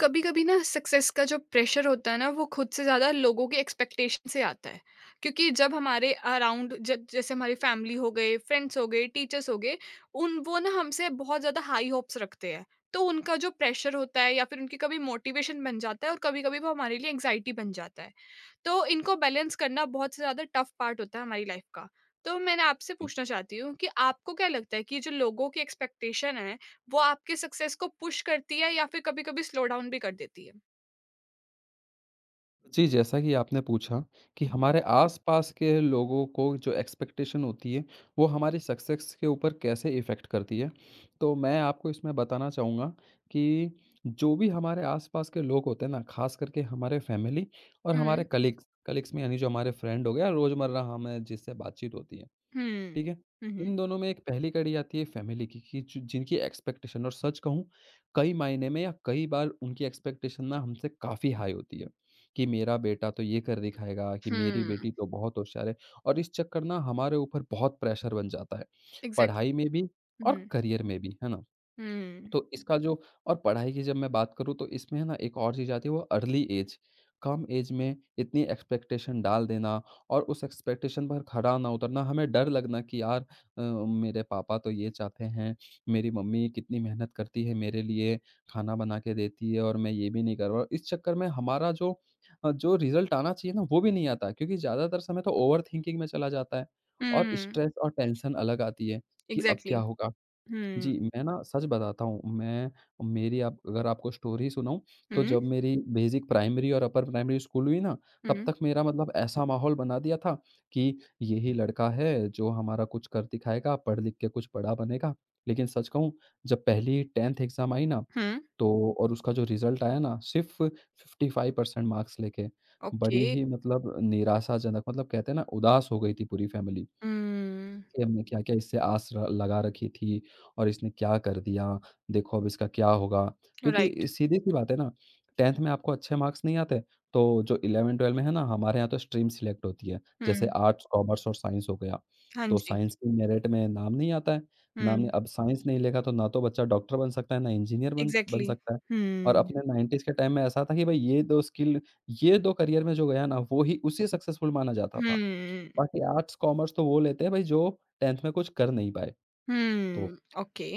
कभी कभी ना सक्सेस का जो प्रेशर होता है ना वो खुद से ज्यादा लोगों के एक्सपेक्टेशन से आता है। क्योंकि जब हमारे अराउंड जैसे हमारी फैमिली हो गए, फ्रेंड्स हो गए, टीचर्स हो गए, उन वो ना हमसे बहुत ज्यादा हाई होप्स रखते हैं। तो उनका जो प्रेशर होता है या फिर उनकी कभी मोटिवेशन बन जाता है और कभी कभी वो हमारे लिए एंग्जाइटी बन जाता है। तो इनको बैलेंस करना बहुत से ज्यादा टफ पार्ट होता है हमारी लाइफ का। तो मैंने आपसे जी। पूछना चाहती हूँ कि आपको क्या लगता है कि जो लोगों की एक्सपेक्टेशन है, वो आपके सक्सेस को पुश करती है या फिर कभी-कभी स्लो डाउन भी कर देती है? जी, जैसा कि आपने पूछा कि हुँ। हमारे आस-पास के लोगों को जो एक्सपेक्टेशन होती है, वो हमारी सक्सेस के ऊपर कैसे इफ़ेक्ट करती है। तो मैं आपको इसमें बताना चाहूँगा कि जो भी हमारे आस-पास के लोग होते हैं ना, ख़ास करके हमारे फैमिली और हमारे हुँ, कलीग्स, कलीग्स में यानी जो हमारे फ्रेंड हो गए या रोज़मर्रा हमें जिससे बातचीत होती है। हुँ। ठीक है? हुँ, हुँ। इन दोनों में एक पहली कड़ी आती है फैमिली की कि ज जिनकी एक्सपेक्टेशन और सच कहूँ कई मायने में या कई बार उनकी एक्सपेक्टेशन ना हमसे काफ़ी हाई होती है, कि मेरा बेटा तो ये कर दिखाएगा, कि मेरी हुँ, बेटी तो बहुत होशियार है। और इस चक्कर ना हमारे ऊपर बहुत प्रेशर बन जाता है, पढ़ाई में एग्ज़ैक्टली। भी हुँ, और करियर में भी, है ना? हुँ, तो इसका जो और पढ़ाई की जब मैं बात करूँ तो इसमें है ना एक और चीज़ आती है वो अर्ली एज। कम एज में इतनी एक्सपेक्टेशन डाल देना और उस एक्सपेक्टेशन पर खरा ना उतरना, हमें डर लगना कि यार मेरे पापा तो ये चाहते हैं, मेरी मम्मी कितनी मेहनत करती है मेरे लिए, खाना बना के देती है और मैं ये भी नहीं कर रहा। इस चक्कर में हमारा जो जो रिज़ल्ट आना चाहिए ना वो भी नहीं आता क्योंकि ज़्यादातर समय तो ओवरथिंकिंग में चला जाता है और हुँ, स्ट्रेस और टेंशन अलग आती है कि अब एग्ज़ैक्टली। क्या होगा? हुँ, जी, मैं ना सच बताता हूँ, मैं मेरी आप अगर आपको स्टोरी सुनाऊँ, तो हुँ, जब मेरी बेसिक प्राइमरी और अपर प्राइमरी स्कूल हुई ना, तब हुँ, तक मेरा मतलब ऐसा माहौल बना दिया था कि यही लड़का है जो हमारा कुछ कर दिखाएगा, पढ़ लिख के कुछ बड़ा बनेगा। लेकिन सच कहूँ जब पहली 10th एग्ज़ाम आई ना, हुँ, तो और उसका जो रिज़ल्ट आया ना सिर्फ़ 55% मार्क्स लेके, ओके। बड़ी ही मतलब निराशाजनक मतलब कहते हैं ना उदास हो गई थी पूरी फैमिली। हुँ, कि हमने क्या-क्या इससे आस र लगा रखी थी और इसने क्या कर दिया, देखो अब इसका क्या होगा। राइट। क्योंकि सीधी-सी बात है ना, 10th में आपको अच्छे मार्क्स नहीं आते, तो जो 11-12 में है ना, हमारे यहाँ तो स्ट्रीम सिलेक्ट होती है, जैसे हुँ, आर्ट्स, कॉमर्स और साइंस हो गया। हाँ तो जी। साइंस के मेरिट में नाम नहीं आता है, नाम नहीं हुँ, अब साइंस नहीं लेगा तो ना तो बच्चा डॉक्टर बन सकता है, ना इंजीनियर बन बन एग्ज़ैक्टली। सकता है। और हुँ, अपने 90s के टाइम में ऐसा था कि भई ये 2 स्किल ये 2 करियर में जो गया ना, वो ही उसे सक्सेसफुल माना जाता था। हुँ, बाकी आर्ट्स, कॉमर्स तो वो लेते हैं भाई जो 10th में कुछ कर नहीं पाए, तो हुँ, ओके।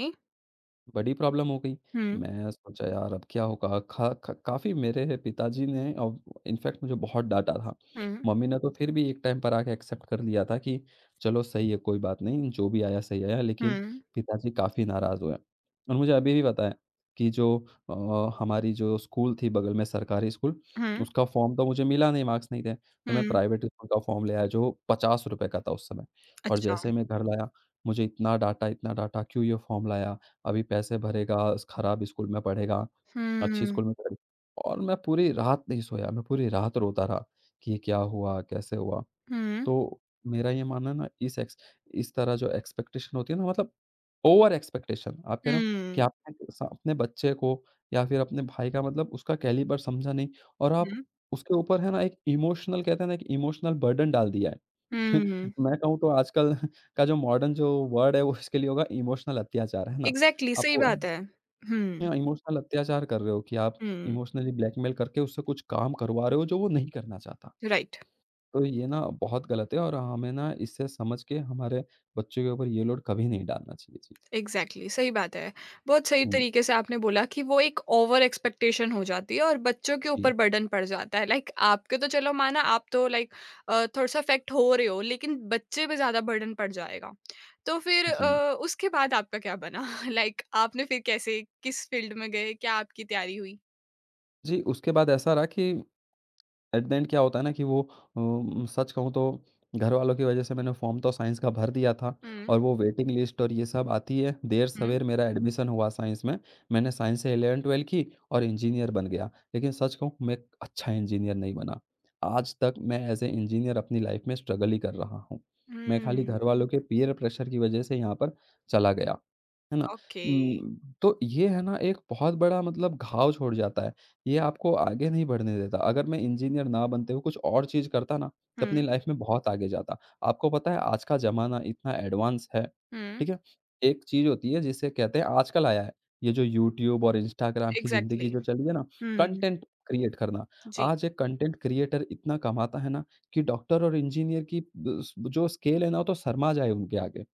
बड़ी प्रॉब्लम हो गई। हुँ, मैं सोचा यार अब क्या होगा? खा ख काफ़ी मेरे पिताजी ने और इनफैक्ट मुझे बहुत डाँटा था। हुँ, मम्मी ने तो फिर भी एक टाइम पर आके एक्सेप्ट कर लिया था कि चलो सही है कोई बात नहीं, जो भी आया सही आया, हुँ, लेकिन पिताजी काफ़ी नाराज़ हुए। और मुझे अभी भी पता है कि जो हमारी जो स्कूल थी बगल में सरकारी स्कूल, हुँ, उसका फ़ॉर्म तो मुझे मिला नहीं, मार्क्स नहीं थे। तो मैं हुँ, प्राइवेट स्कूल का फ़ॉर्म ले आया जो ₹50 का था उस समय। और अच्छा। जैसे ही मैं घर लाया, मुझे इतना डाँटा, "क्यों ये फ़ॉर्म लाया? अभी पैसे भरेगा, स खराब स्कूल में पढ़ेगा, हुँ, अच्छी हुँ, स्कूल में पढ़ेगा।" और मैं पूरी रात नहीं सोया, मैं पूरी रात रोता रहा कि ये क्या हुआ, कैसे हुआ? तो मेरा ये मानना है ना इस तरह जो एक्सपेक्टेशन होती है ना, मतलब ओवर एक्सपेक्टेशन आप कह रहे हो कि हुँ, आपने स अपने बच्चे को या फिर अपने भाई का मतलब उसका कैलिबर समझा नहीं। और आप हुँ, उसके ऊपर है ना एक इमोशनल कहते हैं ना एक इमोशनल बर्डन डाल दिया है। हुँ। मैं कहूँ तो आजकल का जो मॉडर्न जो वर्ड है वो इसके लिए होगा इमोशनल अत्याचार, है ना? एग्ज़ैक्टली सही आपको बात है। हुँ, या इमोशनल अत्याचार कर रहे हो कि आप हुँ, इमोशनली ब्लैकमेल करके उससे कुछ काम करवा रहे हो जो वो नहीं करना चाहता। राइट। तो ये ना बहुत गलत है और हमें ना इससे समझ के हमारे बच्चों के ऊपर ये लोड कभी नहीं डालना चाहिए। जी। एग्ज़ैक्टली सही बात है। बहुत सही हुँ। तरीके से आपने बोला कि वो एक ओवर एक्सपेक्टेशन हो जाती है और बच्चों के जी, ऊपर बर्डन पड़ जाता है। लाइक आपके तो चलो, माना आप तो लाइक थोड़ा-सा अफ़ेक्ट हो रहे हो, लेकिन बच्चे पे ज़्यादा बर्डन पड़ जाएगा। तो फिर जी। उसके बाद आपका क्या बना? लाइक आपने फिर कैसे, किस फ़ील्ड में गए? क्या आपकी तैयारी हुई? जी, उसके बाद ऐसा रहा कि एट द एंड क्या होता है ना कि वो सच कहूँ तो घरवालों की वजह से मैंने फॉर्म तो साइंस का भर दिया था। हुँ, और वो वेटिंग लिस्ट और ये सब आती है। हुँ, देर-सवेर मेरा एडमिशन हुआ साइंस में। मैंने साइंस से 11-12 की और इंजीनियर बन गया। लेकिन सच कहूँ मैं एक अच्छा इंजीनियर नहीं बना। आज तक मैं एज़ ए इंजीनियर अपनी लाइफ़ में स्ट्रगल ही कर रहा हूँ। मैं खाली हुँ, घरवालों के पीयर प्रेशर की वजह से यहाँ पर चला गया। है ना? ओके। उम, तो ये है ना एक बहुत बड़ा मतलब घाव छोड़ जाता है। ये आपको आगे नहीं बढ़ने देता। अगर मैं इंजीनियर ना बनते हुए कुछ और चीज़ करता ना, तो अपनी हुँ, लाइफ़ में बहुत आगे जाता। आपको पता है आज का ज़माना इतना एडवांस है, हुँ, ठीक है? एक चीज़ होती है जिसे कहते हैं आजकल आया है, ये जो यूट्यूब और इंस्टाग्राम की ज़िंदगी एग्ज़ैक्टली। जो चली है ना, हुँ, कंटेंट क्रिएट करना। जी। आज एक कंटेंट क्रिएटर इतना कमाता है ना कि डॉक्टर और इंजीनियर की ब स जो स्केल है ना, वो तो शर्मा जाए उनके आगे।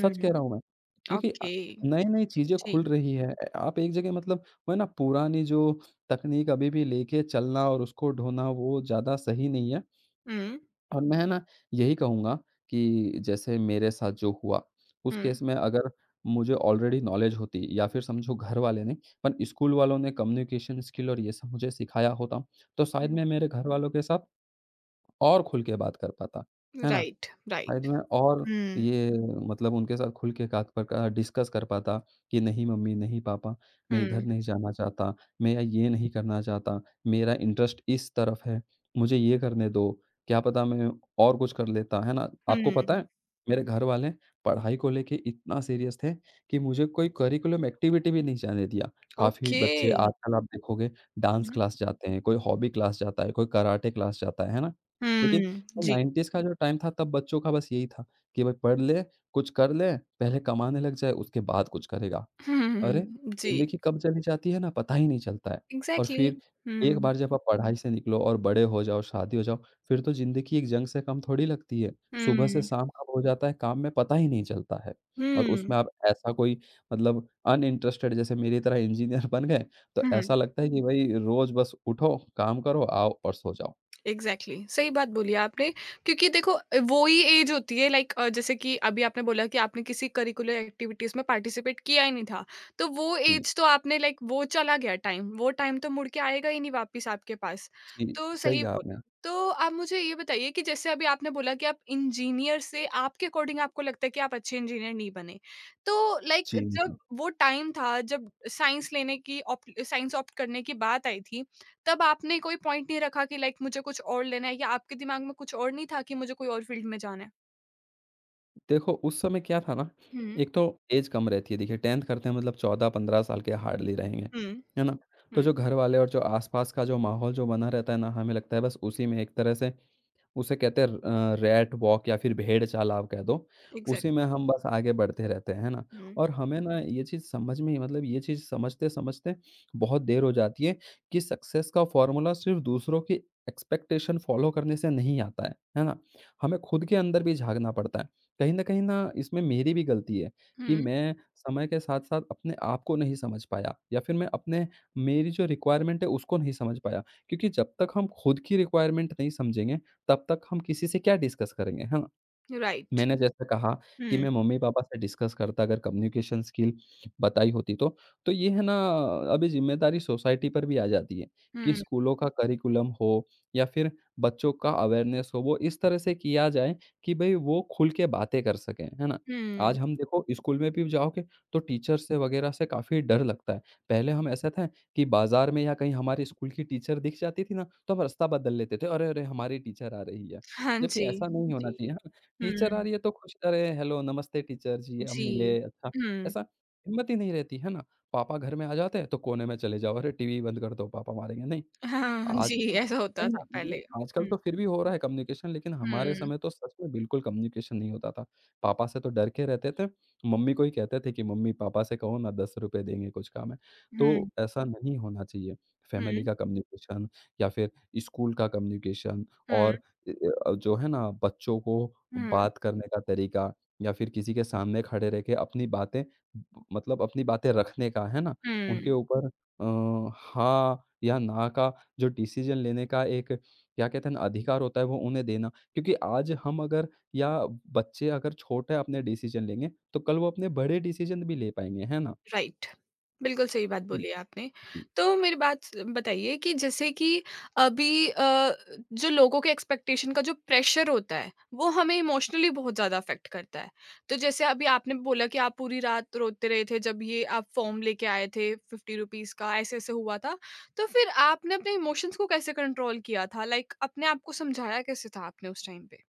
सच कह रहा हूँ मैं, क्योंकि ओके। नई-नई चीज़ें खुल जी। रही है। आप एक जगह मतलब वो है ना पुरानी जो तकनीक अभी भी लेके चलना और उसको ढोना वो ज़्यादा सही नहीं है। हुँ, और मैं है ना यही कहूँगा कि जैसे मेरे साथ जो हुआ, उस हुँ, केस में अगर मुझे ऑलरेडी नॉलेज होती या फिर समझो घर वाले ने पर स्कूल वालों ने कम्युनिकेशन स्किल और ये सब मुझे सिखाया होता, तो शायद हुँ। मैं मेरे घर वालों के साथ और खुल के बात कर पाता, है ना? Right, right. शायद मैं और हुँ, ये मतलब उनके साथ खुल के बात पर का डिस्कस कर पाता कि नहीं मम्मी, नहीं पापा, हुँ, मैं इधर नहीं जाना चाहता, मैं ये नहीं करना चाहता, मेरा इंटरेस्ट इस तरफ है, मुझे ये करने दो, क्या पता मैं और कुछ कर लेता, है ना? आपको पता हुँ। है, मेरे घर वाले पढ़ाई को लेके इतना सीरियस थे कि मुझे कोई करिकुलम एक्टिविटी भी नहीं जाने दिया। काफ़ी ओके। बच्चे आजकल आप देखोगे डांस हुँ, क्लास जाते हैं, कोई हॉबी क्लास जाता है, कोई कराटे क्लास जाता है ना? लेकिन हुँ, तो जी। 90s का जो टाइम था तब बच्चों का बस यही था कि भाई पढ़ ले, कुछ कर ले, पहले कमाने लग जाए उसके बाद कुछ करेगा। हुँ, हुँ, अरे! हुँ, जी। ज़िंदगी कब चली जाती है ना पता ही नहीं चलता है। और एग्ज़ैक्टली। फिर एक हुँ, बार जब आप पढ़ाई से निकलो और बड़े हो जाओ, शादी हो जाओ, फिर तो ज़िंदगी एक जंग से कम थोड़ी लगती है। सुबह से हुँ, शाम कब हो जाता है काम में पता ही नहीं चलता है। और उसमें हुँ, आप ऐसा कोई मतलब अनइंटरेस्टेड जैसे मेरी तरह इंजीनियर बन गए, तो हुँ। ऐसा लगता है कि भाई रोज़ बस उठो, काम करो, आओ और सो जाओ। Exactly exactly. सही बात बोली आपने। क्योंकि देखो वो ही एज होती है, लाइक जैसे कि अभी आपने बोला कि आपने किसी करिकुलर एक्टिविटीज में पार्टिसिपेट किया ही नहीं था। तो वो जी, एज तो आपने, लाइक वो चला गया टाइम, वो टाइम तो मुड़ के आएगा ही नहीं वापस आपके पास। जी, तो सही सही कहा आपने। बोला। तो आप मुझे ये बताइए कि जैसे अभी आपने बोला कि आप इंजीनियर से, आपके अकॉर्डिंग आपको लगता है कि आप अच्छे इंजीनियर नहीं बने, तो लाइक जी, नहीं। जब वो टाइम था, जब साइंस ऑप्ट करने की बात आई थी, तब आपने कोई पॉइंट नहीं रखा कि लाइक मुझे कुछ और लेना है, या आपके दिमाग में कुछ और नहीं था कि मुझे कोई और फील्ड में जाना है? देखो उस समय क्या था ना, हुँ, एक तो एज कम रहती है देखिए 10th करते हैं मतलब 14-15 साल के हार्डली रहेंगे, हुँ, है ना? तो हुँ, जो घर वाले और जो आस-पास का जो माहौल जो बना रहता है ना, हमें लगता है बस उसी में एक तरह से उसे कहते हैं रैट वॉक या फिर भेड़ चाल आप कह दो। उसी एग्ज़ैक्टली। में हम बस आगे बढ़ते रहते हैं, है ना? हुँ, और हमें ना ये चीज़ समझ में ही मतलब ये चीज़ समझते-समझते बहुत देर हो जाती है कि सक्सेस का फ़ॉर्मूला सिर्फ़ दूसरों की एक्सपेक्टेशन फ़ॉलो करने से नहीं आता है ना? हमें खुद के अंदर भी झाँकना पड़ता है। कहीं न कहीं ना इसमें मेरी भी गलती है कि हुँ, मैं समय के साथ-साथ अपने आप को नहीं समझ पाया या फिर मैं अपने मेरी जो रिक्वायरमेंट है उसको नहीं समझ पाया। क्योंकि जब तक हम खुद की रिक्वायरमेंट नहीं समझेंगे तब तक हम किसी से क्या डिस्कस करेंगे, है ना? राइट। मैंने जैसे कहा कि हुँ, मैं मम्मी-पापा से डिस्कस करता अगर कम्युनिकेशन स्किल बताई होती तो। तो ये है ना अभी ज़िम्मेदारी सोसाइटी पर भी आ जाती है कि हुँ, स्कूलों का करिकुलम हो या फिर बच्चों का अवेयरनेस हो, वो इस तरह से किया जाए कि भई वो खुल के बातें कर सकें, है ना? हुँ, आज हम देखो स्कूल में भी जाओगे तो टीचर से वगैरह से काफ़ी डर लगता है। पहले हम ऐसा था कि बाज़ार में या कहीं हमारे स्कूल की टीचर दिख जाती थी ना, तो हम रास्ता बदल लेते थे, "अरे! अरे! हमारी टीचर आ रही है।" हाँ जबकि जी, ऐसा नहीं होना जी, चाहिए। टीचर आ हुँ, रही है तो खुश अरे हेलो नमस्ते टीचर जी, हम जी, मिले अच्छा, हुँ, ऐसा हिम्मत ही नहीं रहती, है ना? पापा घर में आ जाते हैं तो कोने में चले जाओ, अरे टीवी बंद कर दो पापा मारेंगे, नहीं। हाँ जी, आजकल ऐसा होता नहीं, था नहीं, पहले। ये आजकल हुँ, तो फिर भी हो रहा है कम्युनिकेशन, लेकिन हमारे हुँ, समय तो सच में बिल्कुल कम्युनिकेशन नहीं होता था। हुँ, पापा से तो डर के रहते थे, मम्मी को ही कहते थे कि मम्मी पापा से कहो ना ₹10 देंगे, कुछ काम है। तो हुँ, ऐसा नहीं होना चाहिए। हुँ, फैमिली का कम्युनिकेशन या फिर स्कूल का कम्युनिकेशन, हुँ, और अ जो है ना बच्चों को हुँ, बात करने का तरीका या फिर किसी के सामने खड़े रह के अपनी बातें, ब मतलब अपनी बातें रखने का, है ना? उनके हुँ। ऊपर हाँ या ना का जो डिसीज़न लेने का एक क्या कहते हैं ना अधिकार होता है वो उन्हें देना। क्योंकि आज हम अगर या बच्चे अगर छोटे अपने डिसीज़न लेंगे, तो कल वो अपने बड़े डिसीज़न भी ले पाएँगे, है ना? राइट। बिल्कुल सही बात हुँ। बोली आपने। तो मेरी बात स बताइए कि जैसे कि अभी जो लोगों के एक्सपेक्टेशन का जो प्रेशर होता है, वो हमें इमोशनली बहुत ज़्यादा अफ़ेक्ट करता है। तो जैसे अभी आपने बोला कि आप पूरी रात रोते रहे थे जब ये आप फ़ॉर्म लेके आए थे ₹50 का, ऐसे-ऐसे हुआ था। तो फिर आपने अपने इमोशंस को कैसे कंट्रोल किया था? लाइक अपने आप को समझाया कैसे था आपने उस टाइम पे?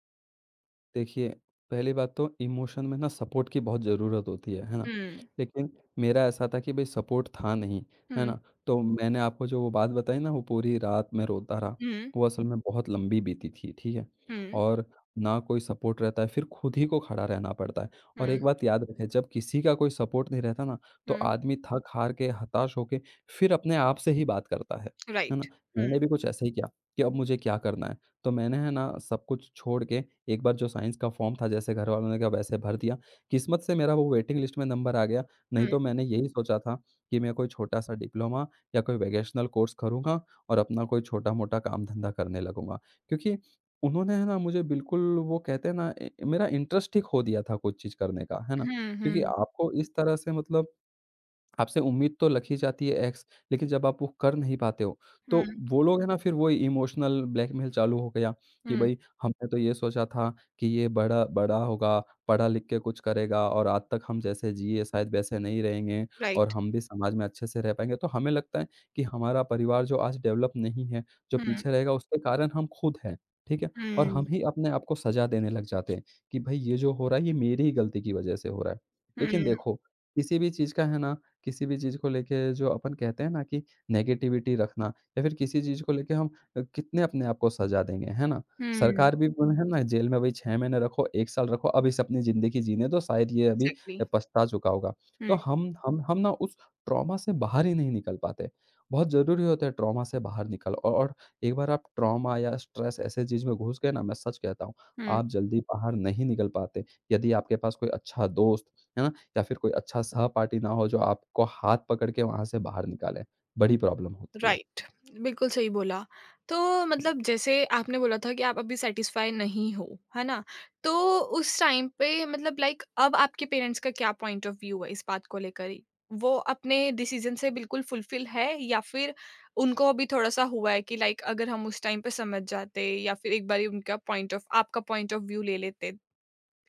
देखिए, पहली बात तो इमोशन में ना सपोर्ट की बहुत ज़रूरत होती है ना? हुँ। लेकिन मेरा ऐसा था कि भई सपोर्ट था नहीं, है हुँ, ना? तो मैंने आपको जो वो बात बताई ना, वो पूरी रात मैं रोता रहा। हुँ, वो असल में बहुत लंबी बीती थी, ठीक है? हुँ, और ना कोई सपोर्ट रहता है, फिर खुद ही को खड़ा रहना पड़ता है। और हुँ, एक बात याद रखें, जब किसी का कोई सपोर्ट नहीं रहता ना, तो हुँ। आदमी थक-हार के, हताश होके फिर अपने आप से ही बात करता है ना? राइट। हुँ, मैंने भी कुछ ऐसा ही किया कि अब मुझे क्या करना है? तो मैंने है ना, सब कुछ छोड़ के एक बार जो साइंस का फॉर्म था जैसे घर वालों ने कहा वैसे भर दिया। किस्मत से मेरा वो वेटिंग लिस्ट में नंबर आ गया, नहीं हुँ, तो मैंने यही सोचा था कि मैं कोई छोटा-सा डिप्लोमा या कोई वोकेशनल कोर्स करूँगा और अपना कोई छोटा-मोटा काम-धंधा करने लगूँगा। क्योंकि उन्होंने है ना मुझे बिल्कुल, वो कहते हैं ना ए, मेरा इंटरेस्ट ही खो दिया था कुछ चीज़ करने का, है ना? हुँ, क्योंकि हुँ, आपको इस तरह से मतलब आपसे उम्मीद तो रखी जाती है एक्स, लेकिन जब आप वो कर नहीं पाते हो, तो हुँ। वो लोग है ना फिर वो इमोशनल ब्लैकमेल चालू हो गया कि Mm, भई हमने तो ये सोचा था कि ये बड़ा बड़ा होगा, पढ़ा लिख के कुछ करेगा और आज तक हम जैसे जिए शायद वैसे नहीं रहेंगे और right. हम भी समाज में अच्छे से रह पाएँगे। तो हमें लगता है कि हमारा परिवार जो आज डेवलप नहीं है, जो Mm, पीछे रहेगा उसके कारण हम खुद हैं, ठीक है? और हम mm, ही अपने आप को सज़ा देने लग जाते हैं कि भई ये जो हो रहा है ये मेरी ही गलती की वज़ह से हो रहा है। लेकिन mm, देखो, किसी भी चीज़ का है ना, किसी भी चीज़ को लेके जो अपन कहते हैं ना कि नेगेटिविटी रखना या फिर किसी चीज़ को लेके हम कितने अपने आप को सज़ा देंगे, है ना? mm, सरकार भी बोले है ना जेल में भाई 6 महीने रखो, 1 साल रखो, अब इसे अपनी ज़िंदगी जीने दो, शायद ये अभी एग्ज़ैक्टली, पछता चुका होगा। तो हुँ, हम ना उस ट्रॉमा से बाहर ही नहीं निकल पाते। बहुत ज़रूरी होता है ट्रॉमा से बाहर निकल औ और एक बार आप ट्रॉमा या स्ट्रेस ऐसे चीज़ में घुस गए ना, मैं सच कहता हूँ, हुँ, आप जल्दी बाहर नहीं निकल पाते। यदि आपके पास कोई अच्छा दोस्त, है ना? या फिर कोई अच्छा सहपाठी ना हो जो आपको हाथ पकड़ के वहाँ से बाहर निकाले, बड़ी प्रॉब्लम होती है। राइट, बिल्कुल सही बोला। तो मतलब जैसे आपने बोला था कि आप अभी सैटिस्फ़ाई नहीं हो, है ना? तो उस टाइम पे मतलब, लाइक अब आपके पेरेंट्स का क्या पॉइंट ऑफ व्यू है इस बात को लेकर? ही? वो अपने डिसीज़न से बिल्कुल फुलफ़िल है, या फिर उनको अभी थोड़ा-सा हुआ है कि लाइक अगर हम उस टाइम पे समझ जाते या फिर एक बारी उनका पॉइंट ऑफ आपका पॉइंट ऑफ व्यू ले लेते,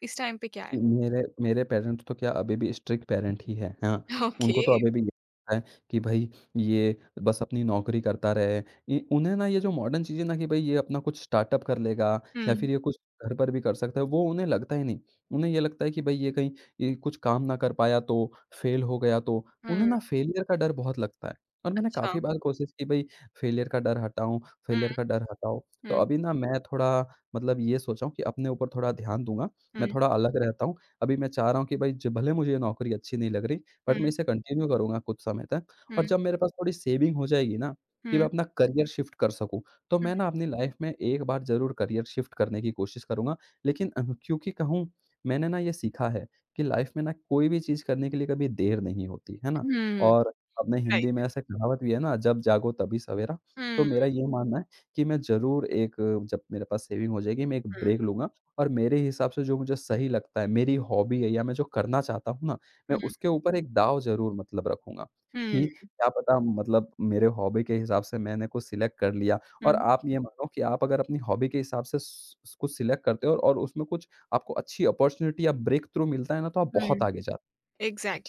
इस टाइम पे क्या जी, है? मेरे मेरे पेरेंट्स तो क्या अभी भी स्ट्रिक्ट पेरेंट ही हैं, हाँ। ओके। उनको तो अभी भी ये लगता है कि भई ये बस अपनी नौकरी करता रहे। ये उन्हें ना ये जो मॉडर्न चीज़ें ना कि भई ये अपना कुछ स्टार्टअप कर लेगा या हुँ, फिर ये कुछ घर पर भी कर सकता है, वो उन्हें लगता ही नहीं। उन्हें ये लगता है कि भई ये कहीं ये कुछ काम ना कर पाया तो, फेल हो गया तो। उन्हें हुँ, ना फेलियर का डर बहुत लगता है और मैंने अच्छा। काफ़ी बार कोशिश की भई फेलियर का डर हटाऊँ, हुँ, फेलियर का डर हटाओ। तो हुँ, अभी ना मैं थोड़ा, मतलब ये सोचा हूँ कि अपने ऊपर थोड़ा ध्यान दूँगा। मैं हुँ, थोड़ा अलग रहता हूँ। अभी मैं चाह रहा हूँ कि भई ज भले मुझे ये नौकरी अच्छी नहीं लग रही, बट मैं हुँ, इसे कंटिन्यू करूँगा कुछ समय तक हुँ, और जब मेरे पास थोड़ी सेविंग हो जाएगी ना, कि मैं हुँ, अपना करियर शिफ्ट कर सकूँ, तो हुँ, मैं ना अपनी लाइफ़ में एक बार ज़रूर करियर शिफ्ट करने की कोशिश करूँगा। लेकिन क्योंकि कहूँ मैंने ना ये सीखा है कि लाइफ़ में ना कोई भी चीज़ करने के लिए कभी देर नहीं होती, है ना? हुँ, और अपने हिंदी में राइट। ऐसे कहावत भी है ना, जब जागो तभी सवेरा। तो मेरा हुँ, ये मानना है कि मैं ज़रूर एक, जब मेरे पास सेविंग हो जाएगी, मैं एक हुँ, ब्रेक लूँगा और मेरे हिसाब से जो मुझे सही लगता है, मेरी हॉबी है या मैं जो करना चाहता हूँ ना, मैं हुँ, उसके ऊपर एक दाँव ज़रूर मतलब रखूँगा हुँ, कि क्या पता मतलब मेरे हॉबी के हिसाब से मैंने कुछ सिलेक्ट कर लिया और हुँ, आप ये मानो कि आप अगर अपनी हॉबी के हिसाब से स कुछ सिलेक्ट करते हो और उसमें कुछ आपको अच्छी अपॉर्च्युनिटी या ब्रेक थ्रू मिलता है ना, तो आप हुँ, बहुत आगे जा,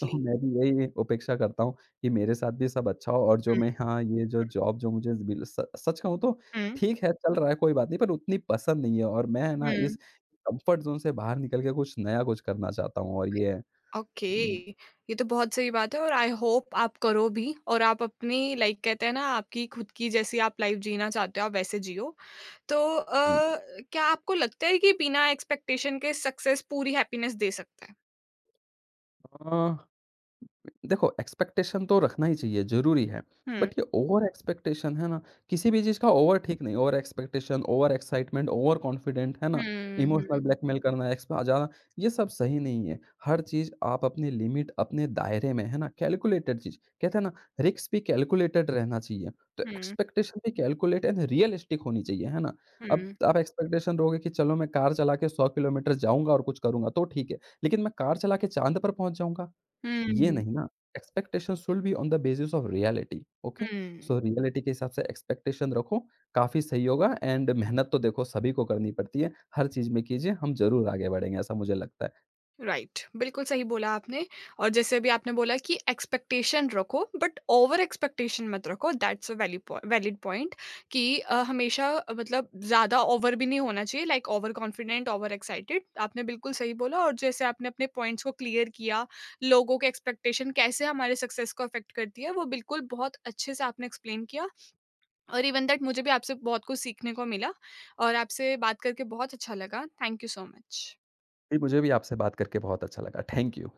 तो मैं भी यही अपेक्षा करता हूँ कि मेरे साथ भी सब अच्छा हो और जो हुँ, मैं हाँ, ये जो जॉब जो मुझे बिल स सच कहूँ तो हुँ, ठीक है, चल रहा है कोई बात नहीं पर उतनी पसंद नहीं है और मैं हुँ, ना इस हुँ, कंफर्ट ज़ोन से बाहर निकल के कुछ नया कुछ करना चाहता हूँ और ये है। ओके, उम, ये तो बहुत सही बात है और आई होप आप करो भी, और आप अपनी, लाइक कहते हैं ना, आपकी खुद की जैसी आप लाइफ़ जीना चाहते हो, आप वैसे जियो। तो जी। क्या आपको लगता है कि बिना एक्सपेक्टेशन के सक्सेस पूरी हैप्पीनेस दे सकता है? अ देखो एक्सपेक्टेशन तो रखना ही चाहिए, ज़रूरी है। हुँ, बट ये ओवर एक्सपेक्टेशन है ना, किसी भी चीज़ का ओवर ठीक नहीं, over expectation, over excitement, over confident, है ना? हुँ, इमोशनल हुँ, ब्लैकमेल करना, एक्स्ट्रा ज़्यादा, ये सब सही नहीं है। हर चीज़ आप अपनी लिमिट, अपने दायरे में, है ना? कैलकुलेटेड चीज़ कहते हैं ना, रिस्क भी कैलकुलेटेड रहना चाहिए। तो हुँ, एक्सपेक्टेशन भी कैलकुलेट एंड रियलिस्टिक होनी चाहिए, है ना? अब हुँ, आप एक्सपेक्टेशन रखोगे कि चलो मैं कार चला के 100 किलोमीटर जाऊँगा और कुछ करूँगा तो ठीक है। लेकिन मैं कार चला के चाँद पर पहुँच जाऊँगा? ये हुँ। नहीं ना, expectation should be on the basis of reality, okay? Hmm. So reality के हिसाब से एक्सपेक्टेशन रखो, काफ़ी सही होगा एंड मेहनत तो देखो सभी को करनी पड़ती है, हर चीज़ में कीजिए, हम ज़रूर आगे बढ़ेंगे, ऐसा मुझे लगता है। राइट, बिल्कुल सही बोला आपने। और जैसे अभी आपने बोला कि एक्सपेक्टेशन रखो बट ओवर एक्सपेक्टेशन मत रखो, दैट्स अ वैलिड पॉइंट। कि हमेशा मतलब ज़्यादा ओवर भी नहीं होना चाहिए, like over confident, over excited. आपने बिल्कुल सही बोला, और जैसे आपने अपने पॉइंट्स को क्लियर किया, लोगों के एक्सपेक्टेशन कैसे हमारे सक्सेस को अफेक्ट करती है, वो बिल्कुल बहुत अच्छे से आपने एक्सप्लेन किया। और इवन दैट मुझे भी आपसे बहुत कुछ सीखने को मिला। और आपसे बात करके बहुत अच्छा लगा, थैंक यू सो मच। जी, मुझे भी आपसे बात करके बहुत अच्छा लगा, थैंक यू।